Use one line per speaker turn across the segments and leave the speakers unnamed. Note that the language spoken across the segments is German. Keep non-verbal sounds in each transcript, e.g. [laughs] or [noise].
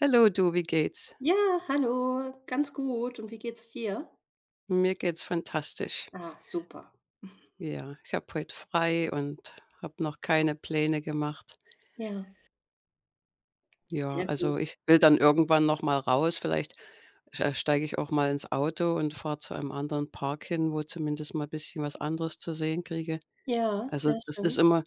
Hallo du, wie geht's?
Ja, hallo, ganz gut. Und wie geht's dir?
Mir geht's fantastisch.
Ah, super.
Ja, ich habe heute frei und habe noch keine Pläne gemacht.
Ja,
Ja,
sehr
also
gut.
ich will dann irgendwann noch mal raus. Vielleicht steige ich auch mal ins Auto und fahre zu einem anderen Park hin, wo zumindest mal ein bisschen was anderes zu sehen kriege.
Ja,
Also
sehr
das ist
schön.
immer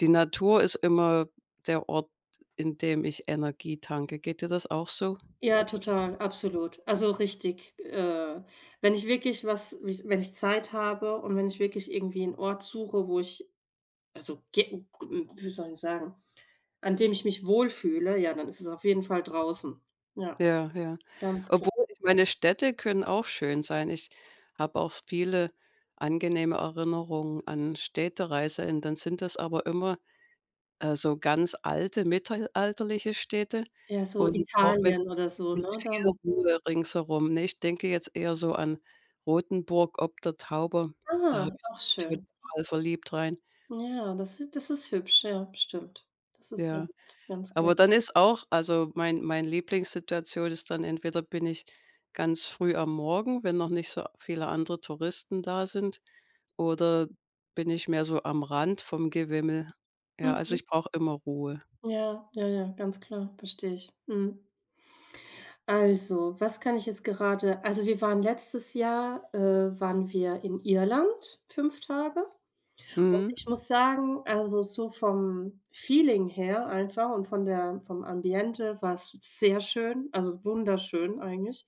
die Natur ist immer der Ort, in dem ich Energie tanke. Geht dir das auch so?
Ja, total, absolut. Also richtig, wenn ich wirklich was, wenn ich Zeit habe und wenn ich wirklich irgendwie einen Ort suche, wo ich also, ge wie soll ich sagen, an dem ich mich wohlfühle, ja, dann ist es auf jeden Fall draußen. Ja,
Ja, ja.
ganz klar.
Obwohl, ich meine, Städte können auch schön sein. Ich habe auch viele angenehme Erinnerungen an Städtereisen. Dann sind das aber immer, so ganz alte mittelalterliche Städte
Ja, so
und auch mit
Italien oder so, ne,
viel
dann
Ruhe ringsherum, ne? Ich denke jetzt eher so an Rothenburg ob der Tauber. Da habe
ah, auch
ich mich
schön.
total verliebt rein,
Ja, das ist hübsch, ja, stimmt. Das ist sehr
ja.
nett, ganz klar.
Aber dann ist auch also, mein Lieblingssituation ist dann entweder bin ich ganz früh am Morgen, wenn noch nicht so viele andere Touristen da sind, oder bin ich mehr so am Rand vom Gewimmel. Ja, also,
Mhm.
ich brauche immer Ruhe.
Ja, ja, ja, ganz klar, verstehe ich. Mhm. Also, was kann ich jetzt gerade Also, wir waren letztes Jahr, waren wir in Irland 5 Tage. Und
Mhm.
ich muss sagen, also, so vom Feeling her einfach und von der vom Ambiente war's sehr schön, also, wunderschön eigentlich.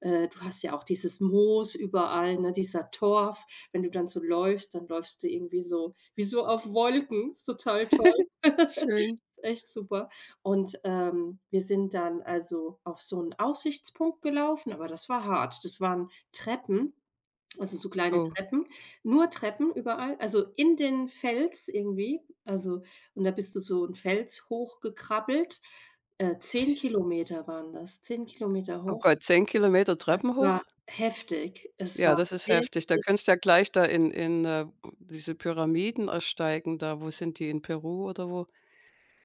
Du hast ja auch dieses Moos überall, ne, dieser Torf. Wenn du dann so läufst, dann läufst du irgendwie so wie so auf Wolken. Ist total toll. [laughs]
Schön.
Ist echt super. Und, wir sind dann also auf so 'n Aussichtspunkt gelaufen, aber das war hart. Das waren Treppen also, so kleine
Oh,
Treppen, nur Treppen überall, also in den Fels irgendwie. Und da bist du so 'n Fels hochgekrabbelt. 10 km waren das, 10 Kilometer
oh
hoch.
Gott, 10 Kilometer
Es
Treppen hoch?
war heftig. Es
Ja,
war
das ist
wirklich
heftig. Da könntest du ja gleich da in diese Pyramiden ersteigen da. Wo sind die? In Peru oder wo?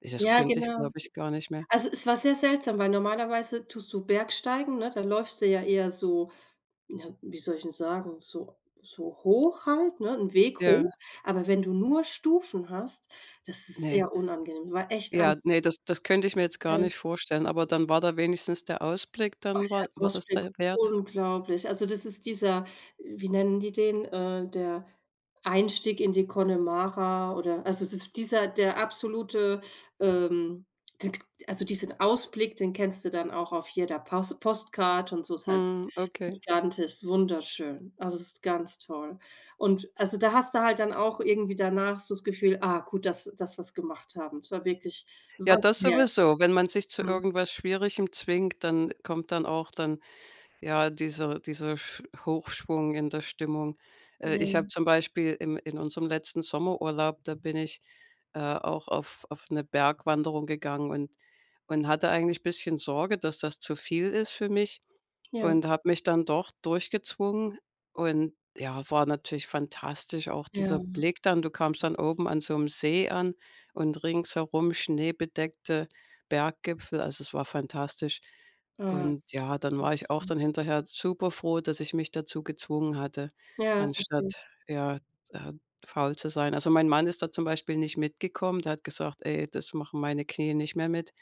Das
Ja,
könnte ich,
genau.
glaube ich, gar nicht mehr.
Also, es war sehr seltsam, weil normalerweise tust du Bergsteigen, ne? Da läufst du ja eher so, ja, wie soll ich 'n sagen, so so hoch halt, ne, 'n Weg
Ja,
hoch. Aber wenn du nur Stufen hast, das ist
ne.
sehr unangenehm. War echt anstrengend.
Ja, nee, das könnte ich mir jetzt gar nicht vorstellen, aber dann war da wenigstens der Ausblick. Dann war das
Ausblick
da wert?
unglaublich. Also, das ist dieser wie nennen die den, der Einstieg in die Connemara oder also, das ist dieser der absolute, ähm, d also, diesen Ausblick, den kennst du dann auch auf jeder Paus Postcard und so, ist halt
Mhm, okay.
gigantisch, wunderschön. Also, es ist ganz toll. Und also, da hast du halt dann auch irgendwie danach so das Gefühl: „Ah, gut, dass wir's gemacht haben. Es war wirklich
Ja,
was
das
wert.“
sowieso. Wenn man sich zu
Mhm.
irgendwas Schwierigem zwingt, dann kommt dann auch dann, ja, dieser Sch Hochschwung in der Stimmung. Ich habe
Ja,
zum Beispiel im in unserem letzten Sommerurlaub, da bin ich, auch auf 'ne Bergwanderung gegangen und hatte eigentlich bisschen Sorge, dass das zu viel ist für mich.
ja,
Und habe mich dann doch durchgezwungen und ja, war natürlich fantastisch auch dieser
ja.
Blick dann. Du kamst dann oben an so einem See an und ringsherum schneebedeckte Berggipfel. Also, es war fantastisch.
Ah,
Und
das ist
ja, dann
total
war ich auch
schön.
dann hinterher super froh, dass ich mich dazu gezwungen hatte,
Ja, verstehe ich.
anstatt, ja, äh, faul zu sein. Also, mein Mann ist da zum Beispiel nicht mitgekommen. Der hat gesagt: „Ey, das machen meine Knie nicht mehr mit."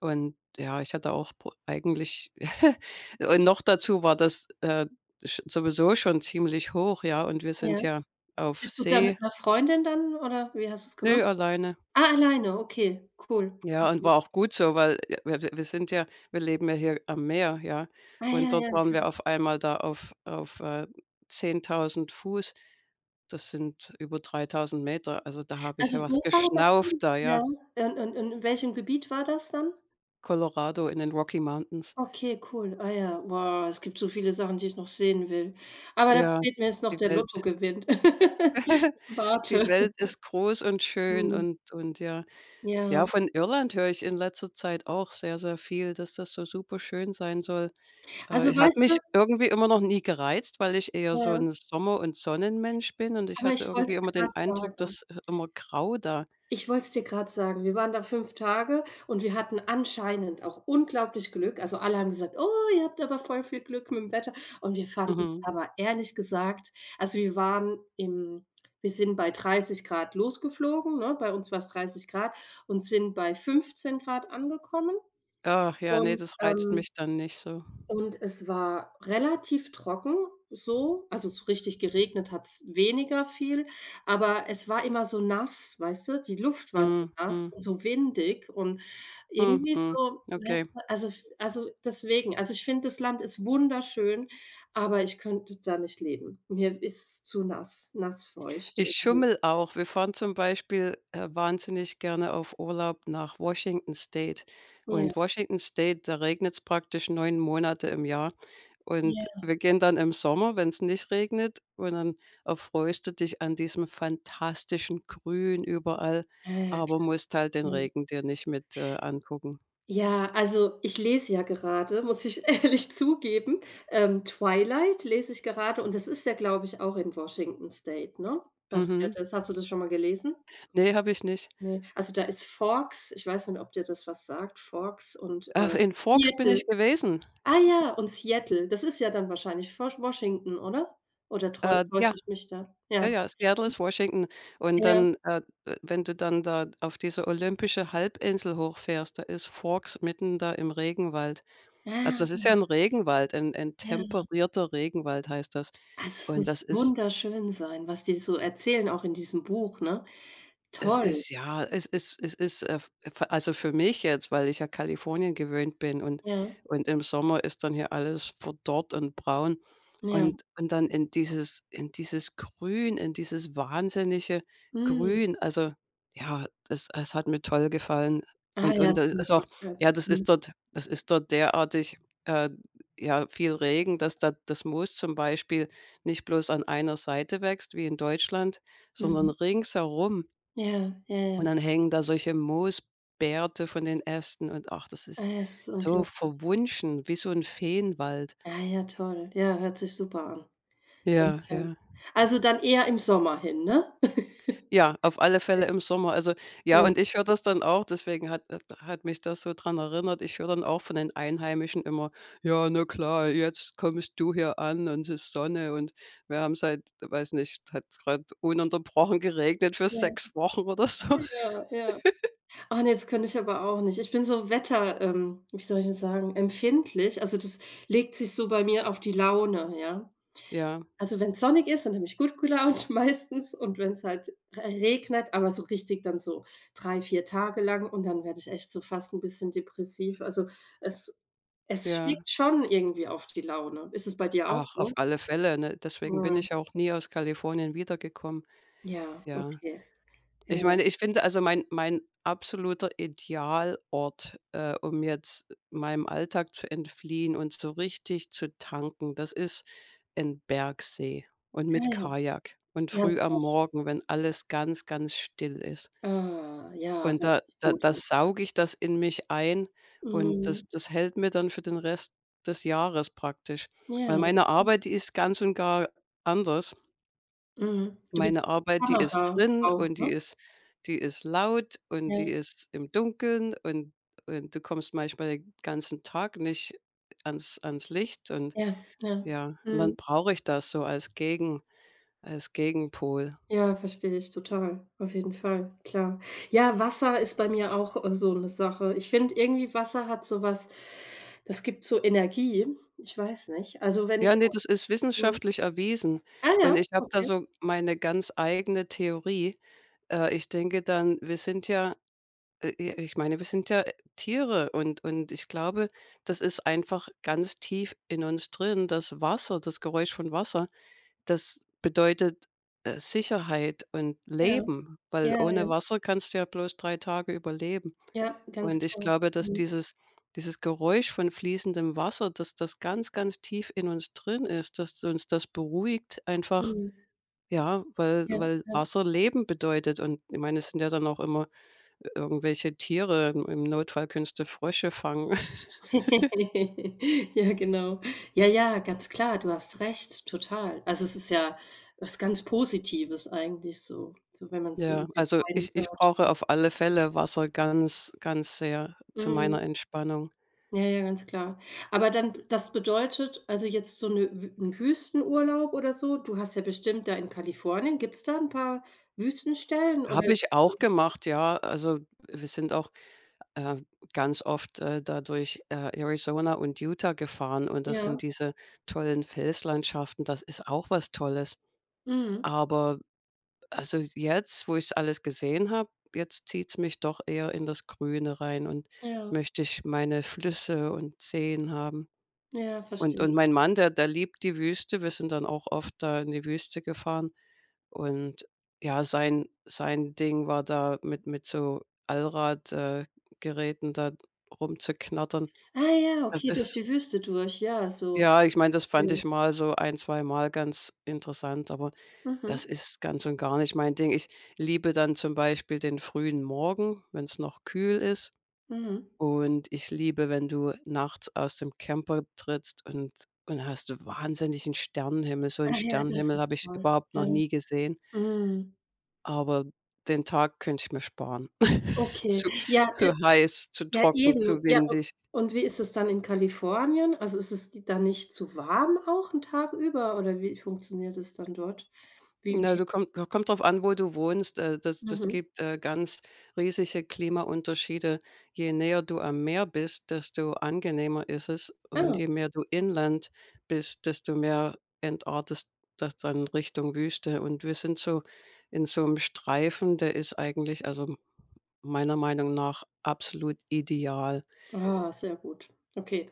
Und ja, ich hatte auch pro eigentlich [laughs] und noch dazu war das, sch sowieso schon ziemlich hoch, ja, und wir sind
Ja.
ja auf
Bist du da
See
mit 'ner Freundin dann oder wie hast du's gemacht?
nö, alleine.
Ah, alleine, okay, cool.
Ja, und
Okay.
war auch gut so, weil, wir wir wir sind ja, wir leben ja hier am Meer, ja,
Ah,
und
ja,
dort
ja,
waren wir
klar.
auf einmal da auf auf 10.000 Fuß. Das sind über 3.000 Meter. Also, da habe ich
Also,
ja was
wo war das
geschnauft
denn?
da, ja.
Ja, in welchem Gebiet war das dann?
Colorado in den Rocky Mountains.
Okay, cool. Ah ja, wow, es gibt so viele Sachen, die ich noch sehen will. Aber da
Ja,
fehlt mir jetzt noch
die
der
Welt
Lottogewinn. [laughs] Ich
[laughs] Die
warte.
Welt ist groß und schön
Mhm.
und ja.
Ja.
Ja, von Irland höre ich in letzter Zeit auch sehr, sehr viel, dass das so super schön sein soll.
Also,
Ich hat
weißt
mich
du
irgendwie immer noch nie gereizt, weil ich eher so
ja,
ein Sommer- und Sonnenmensch bin und ich
aber
hatte
ich wollte
irgendwie
es
immer den
grad
Eindruck,
sagen.
dass i immer grau da.
Ich wollte es dir gerade sagen. Wir waren da 5 Tage und wir hatten anscheinend auch unglaublich Glück. Also, alle haben gesagt: „Oh, ihr habt aber voll viel Glück mit dem Wetter.“ Und wir fanden es
Mhm.
aber ehrlich gesagt also, wir waren im wir sind bei 30 Grad losgeflogen, ne? Bei uns war es 30 Grad und sind bei 15 Grad angekommen
Ach ja, nee,
und,
das reizt
ähm
mich dann nicht so.
und es war relativ trocken so, also so richtig geregnet hat es weniger viel, aber es war immer so nass, weißt du? Die Luft war so
Mhm,
nass
mhm,
und so windig und
mhm,
irgendwie
mhm.
so,
Okay.
weißt du, also deswegen, also ich finde, das Land ist wunderschön, aber ich könnte da nicht leben. Mir ist es zu nass, nassfeucht
Ich
irgendwie.
schummel auch. Wir fahren zum Beispiel, wahnsinnig gerne auf Urlaub nach Washington State.
Ja,
Und Washington State, da regnet es praktisch 9 Monate im Jahr. Und
ja,
wir gehen dann im Sommer, wenn es nicht regnet, und dann erfreust du dich an diesem fantastischen Grün überall,
ja, ja,
aber
klar.
musst halt den
Ja.
Regen dir nicht mit, angucken.
Ja, also ich lese ja gerade, muss ich [laughs] ehrlich zugeben. Twilight lese ich gerade und das ist ja, glaube ich, auch in Washington State, ne? Passiert.
Mhm.
Das. Hast du das schon mal gelesen?
Ne, habe ich nicht.
Ne. Also, da ist Forks, ich weiß nicht, ob dir das was sagt, Forks und,
Ach, in Forks bin
Seattle.
ich gewesen.
Ah ja, und Seattle. Das ist ja dann wahrscheinlich Washington, oder? Oder täusche
Ja,
ich mich da?
ja,
Ja,
ja, Seattle ist Washington. Und
ja,
dann, wenn du dann da auf diese olympische Halbinsel hochfährst, da ist Forks mitten da im Regenwald.
ja,
Also, das ist ja ein Regenwald, ein
ja.
temperierter Regenwald heißt das.
Also, es
Und
muss
das ist
wunderschön sein, was die so erzählen, auch in diesem Buch, ne?
Das
Toll,
ist ja, es ist, f also für mich jetzt, weil ich ja Kalifornien gewöhnt bin, und
ja.
im Sommer ist dann hier alles verdorrt und braun,
Ja,
und dann in dieses, Grün, in dieses wahnsinnige
mhm.
Grün. Also, ja, das es hat mir toll gefallen,
Ah
und
ja, das kann
das
ich mir
ist auch,
vorstellen.
ja,
Mhm,
das ist dort derartig, äh, ja, viel Regen, dass da das Moos zum Beispiel nicht bloß an einer Seite wächst wie in Deutschland, sondern
mhm.
ringsherum.
Ja, ja, ja.
Und dann hängen da solche Moosbärte von den Ästen und ach, das
Ah
ist
ja, es ist
so
unglaublich.
verwunschen, wie so 'n Feenwald.
Ja, ja, toll. Ja, hört sich super an. Ja,
Ja,
klar.
ja.
Also, dann eher im Sommer hin, ne? [laughs]
Ja, auf alle Fälle im Sommer. Also,
Ja,
ja, und ich höre das dann auch, deswegen hat mich das so dran erinnert. Ich höre dann auch von den Einheimischen immer: „Ja, na klar, jetzt kommst du hier an und es ist Sonne und wir haben seit weiß nicht, hat grad ununterbrochen geregnet für
ja,
6 Wochen oder so."
ja, ja. Ah ne, das könnte ich aber auch nicht. Ich bin so Wetter wie soll ich das sagen, empfindlich. Also, das legt sich so bei mir auf die Laune, ja.
Ja,
Also, wenn es sonnig ist, dann habe ich gut gelaunt [laughs] meistens und wenn es halt regnet, aber so richtig dann so 3 4 Tage lang und dann werde ich echt so fast ein bisschen depressiv. Also, es es
ja.
schlägt schon irgendwie auf die Laune. Ist es bei dir auch
Ach, auf
so?
alle Fälle, ne? Deswegen bin
Mhm.
ich auch nie aus Kalifornien wiedergekommen.
Ja,
Ja.
okay. Ja, ja,
Ich
ja.
meine, ich finde, also mein absoluter Idealort, um jetzt meinem Alltag zu entfliehen und so richtig zu tanken, das ist in Bergsee und
Ja,
mit Kajak und
Ja,
früh am
sehr sch
Morgen, wenn alles ganz, ganz still ist.
ah, ja,
Und
hört
da
sich
da
gut
da
an.
sauge ich das in mich ein und
Mhm.
das hält mir dann für den Rest des Jahres praktisch. Weil
Ja,
meine
okay.
Arbeit, die ist ganz und gar anders.
Mhm. Du bist
Meine Arbeit, die ist drin
Kamerafrau,
und
ne?
die ist laut und
Ja,
die ist im Dunkeln und du kommst manchmal den ganzen Tag nicht ans Licht und
ja, ja.
ja, und
Mhm.
dann brauche ich das so als Gegenpol.
Ja, verstehe ich total. Auf jeden Fall, klar. Ja, Wasser ist bei mir auch, so eine Sache. Ich finde irgendwie, Wasser hat so was, das gibt so Energie. Ich weiß nicht. Also, wenn
Ja,
ich
ne,
auf
das ist
'n
wissenschaftlich erwiesen.
Ah ja,
Und ich habe da
okay.
so meine ganz eigene Theorie. Ich denke dann, wir sind ja, i ich meine, wir sind ja, Tiere, und ich glaube, das ist einfach ganz tief in uns drin. Das Wasser, das Geräusch von Wasser, das bedeutet, Sicherheit und
Ja,
Leben, weil
ja,
ohne
ja,
Wasser kannst du ja bloß 3 Tage überleben.
ja, ganz
Und ich
klar.
glaube, dass
Mhm,
dieses Geräusch von fließendem Wasser, dass das ganz, ganz tief in uns drin ist, dass uns das beruhigt einfach,
mhm.
ja, weil
Ja, ja.
Wasser Leben bedeutet. Und ich meine, es sind ja dann auch immer irgendwelche Tiere, im Notfall künste Frösche fangen. [laughs]
[laughs] Ja, genau. Ja, ja, ganz klar, du hast recht, total. Also, es ist ja was ganz Positives eigentlich so, so wenn man so in
Ja,
sich
also ich
reinhört.
brauche auf alle Fälle Wasser ganz, ganz sehr zu
Mhm.
meiner Entspannung.
Ja, ja, ganz klar. Aber dann das bedeutet also jetzt so 'ne Wü 'n Wüstenurlaub oder so, du hast ja bestimmt da in Kalifornien gibt's da 'n paar Wüstenstellen oder
Habe
ist
ich auch gemacht, ja. Also, wir sind auch, äh, ganz oft, da Arizona und Utah gefahren, und das sind
Ja,
diese tollen Felslandschaften, das ist auch was Tolles.
mhm,
Aber also jetzt, wo ich alles gesehen habe, jetzt zieht's mich doch eher in das Grüne rein und
ja,
möchte ich meine Flüsse und Seen haben.
ja, verstehe
Und
ich.
mein Mann, der liebt die Wüste. Wir sind dann auch oft da in die Wüste gefahren. Und ja, sein Ding war da mit so Allradgeräten, Geräten da rumzuknattern.
Ah ja,
Das
okay, durch
ist,
die Wüste durch, ja, so.
ja, ich meine, das fand
Verstehe.
ich mal so ein zwei Mal ganz interessant, aber
Mhm,
das ist ganz und gar nicht mein Ding. Ich liebe dann zum Beispiel den frühen Morgen, wenn es noch kühl ist,
mhm.
und ich liebe, wenn du nachts aus dem Camper trittst und hast wahnsinnigen Sternenhimmel. So 'n
Ah ja, das
Sternenhimmel habe
ist
ich
toll.
überhaupt noch
Ja,
nie gesehen.
mhm.
Aber den Tag könnte ich mir sparen. [laughs]
Okay.
Zu
Ja,
zu heiß, zu
Ja,
trocken,
eben.
zu
Ja, u
windig.
und wie ist es dann in Kalifornien? Also, ist es dann nicht zu warm auch 'n Tag über oder wie funktioniert es dann dort? Wie
Na,
wie
du kommt drauf an, wo du wohnst. Das
Mhm.
gibt, ganz riesige Klimaunterschiede. Je näher du am Meer bist, desto angenehmer ist es, und
Ah.
je mehr du Inland bist, desto mehr entartest das dann Richtung Wüste, und wir sind so in so einem Streifen, der ist eigentlich, also meiner Meinung nach, absolut ideal.
Ah, sehr gut. Okay.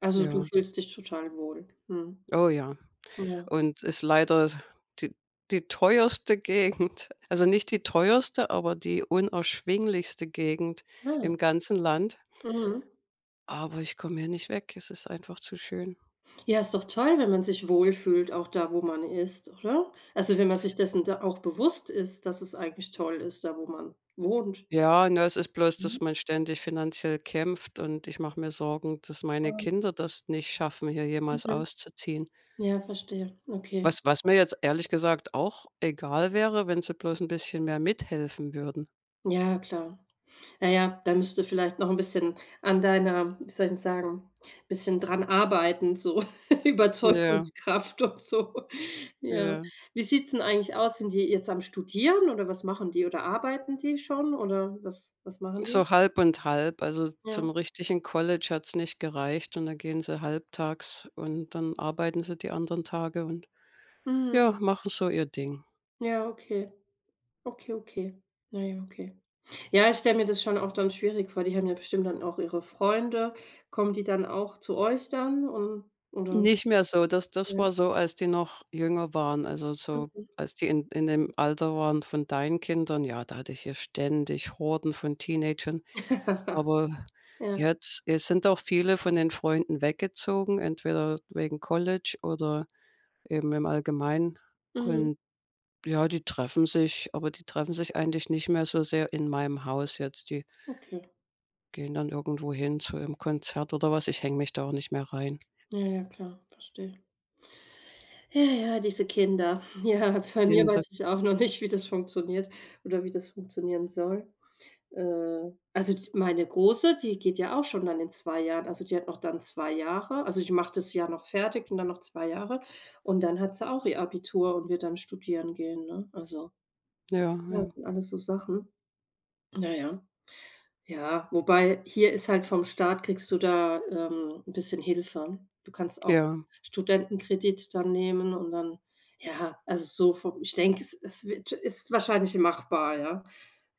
Also, du
Ja.
fühlst dich total wohl. Mhm.
Oh ja.
Ja.
Und ist leider die die teuerste [laughs] Gegend. Also nicht die teuerste, aber die unerschwinglichste Gegend
Ah.
im ganzen Land.
Mhm.
Aber ich komme hier nicht weg. Es ist einfach zu schön.
Ja, ist doch toll, wenn man sich wohlfühlt, auch da, wo man ist, oder? Also, wenn man sich dessen da auch bewusst ist, dass es eigentlich toll ist, da, wo man wohnt.
Ja, ne, es ist bloß,
Mhm.
dass man ständig finanziell kämpft und ich mache mir Sorgen, dass meine
Ah,
Kinder das nicht schaffen, hier jemals
mhm.
auszuziehen.
Ja, verstehe. Okay.
Was mir jetzt ehrlich gesagt auch egal wäre, wenn sie bloß ein bisschen mehr mithelfen würden.
Ja, klar. Ja, ja, da müsst du vielleicht noch ein bisschen an deiner wie soll ich denn sagen, bisschen dran arbeiten, so [laughs]
Ja,
Überzeugungskraft und so. Ja.
ja.
Wie sieht's denn eigentlich aus? Sind die jetzt am Studieren oder was machen die? Oder arbeiten die schon oder was machen die?
So halb und halb. Also, zum
Ja.
richtigen College hat's nicht gereicht und dann gehen sie halbtags und dann arbeiten sie die anderen Tage und
Mhm.
ja, machen so ihr Ding.
Ja, okay. Okay, okay. Na ja, okay. Ja, ich stelle mir das schon auch dann schwierig vor. Die haben ja bestimmt dann auch ihre Freunde. Kommen die dann auch zu euch dann und oder
Nicht mehr so, das
ja.
war so, als die noch jünger waren, also, so
Mhm.
als die in dem Alter waren von deinen Kindern, ja, da hatte ich hier ständig Horden von Teenagern.
[laughs]
Aber
Ja.
jetzt es sind auch viele von den Freunden weggezogen, entweder wegen College oder eben im Allgemeinen
Mhm.
und. Ja, die treffen sich, aber die treffen sich eigentlich nicht mehr so sehr in meinem Haus jetzt. Die
Okay.
gehen dann irgendwo hin zu einem Konzert oder was. Ich hänge mich da auch nicht mehr rein.
Ja, ja, klar, verstehe. Ja, ja, diese Kinder. [laughs] Ja, bei mir
Kinder,
weiß ich auch noch nicht, wie das funktioniert oder wie das funktionieren soll. Also, d Meine Große, die geht ja auch schon dann in 2 Jahren. Also, die hat noch dann 2 Jahre. Also, die macht das Jahr noch fertig und dann noch 2 Jahre und dann hat sie auch ihr Abitur und wird dann studieren gehen, ne? Also,
ja,
ja,
ja,
das sind alles so Sachen. Naja. Ja, wobei hier ist halt vom Staat kriegst du da, 'n bisschen Hilfe. Du kannst auch
ja.
Studentenkredit dann nehmen und dann ja, also so vom ich denke, es wird ist wahrscheinlich machbar, ja.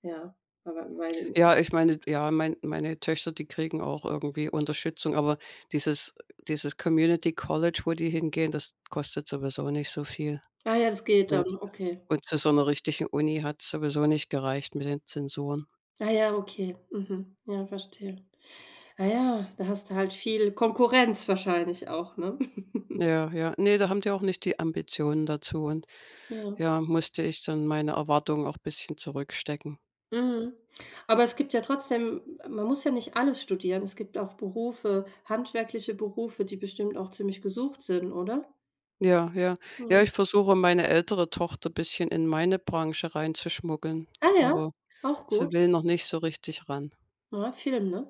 Ja, aber weil
Ja, ich meine ja, meine Töchter, die kriegen auch irgendwie Unterstützung, aber dieses dieses Community College, wo die hingehen, das kostet sowieso nicht so viel.
ah ja, das geht
Und
dann, okay.
und zu so einer richtigen Uni hat's sowieso nicht gereicht mit den Zensuren.
Ah ja, okay. Mhm. Ja, verstehe. Ah ja, da hast du halt viel Konkurrenz wahrscheinlich auch, ne? [laughs]
Ja, ja. Ne, da haben die auch nicht die Ambitionen dazu und.
Ja.
Ja, musste ich dann meine Erwartungen auch bisschen zurückstecken.
Mhm. Aber es gibt ja trotzdem man muss ja nicht alles studieren. Es gibt auch Berufe handwerkliche Berufe, die bestimmt auch ziemlich gesucht sind, oder?
Ja, ja. Ja,
Ja.
ich versuche, meine ältere Tochter bisschen in meine Branche reinzuschmuggeln,
Ah ja,
aber
auch
sie
gut.
will noch nicht so richtig ran.
Ja, Film, ne?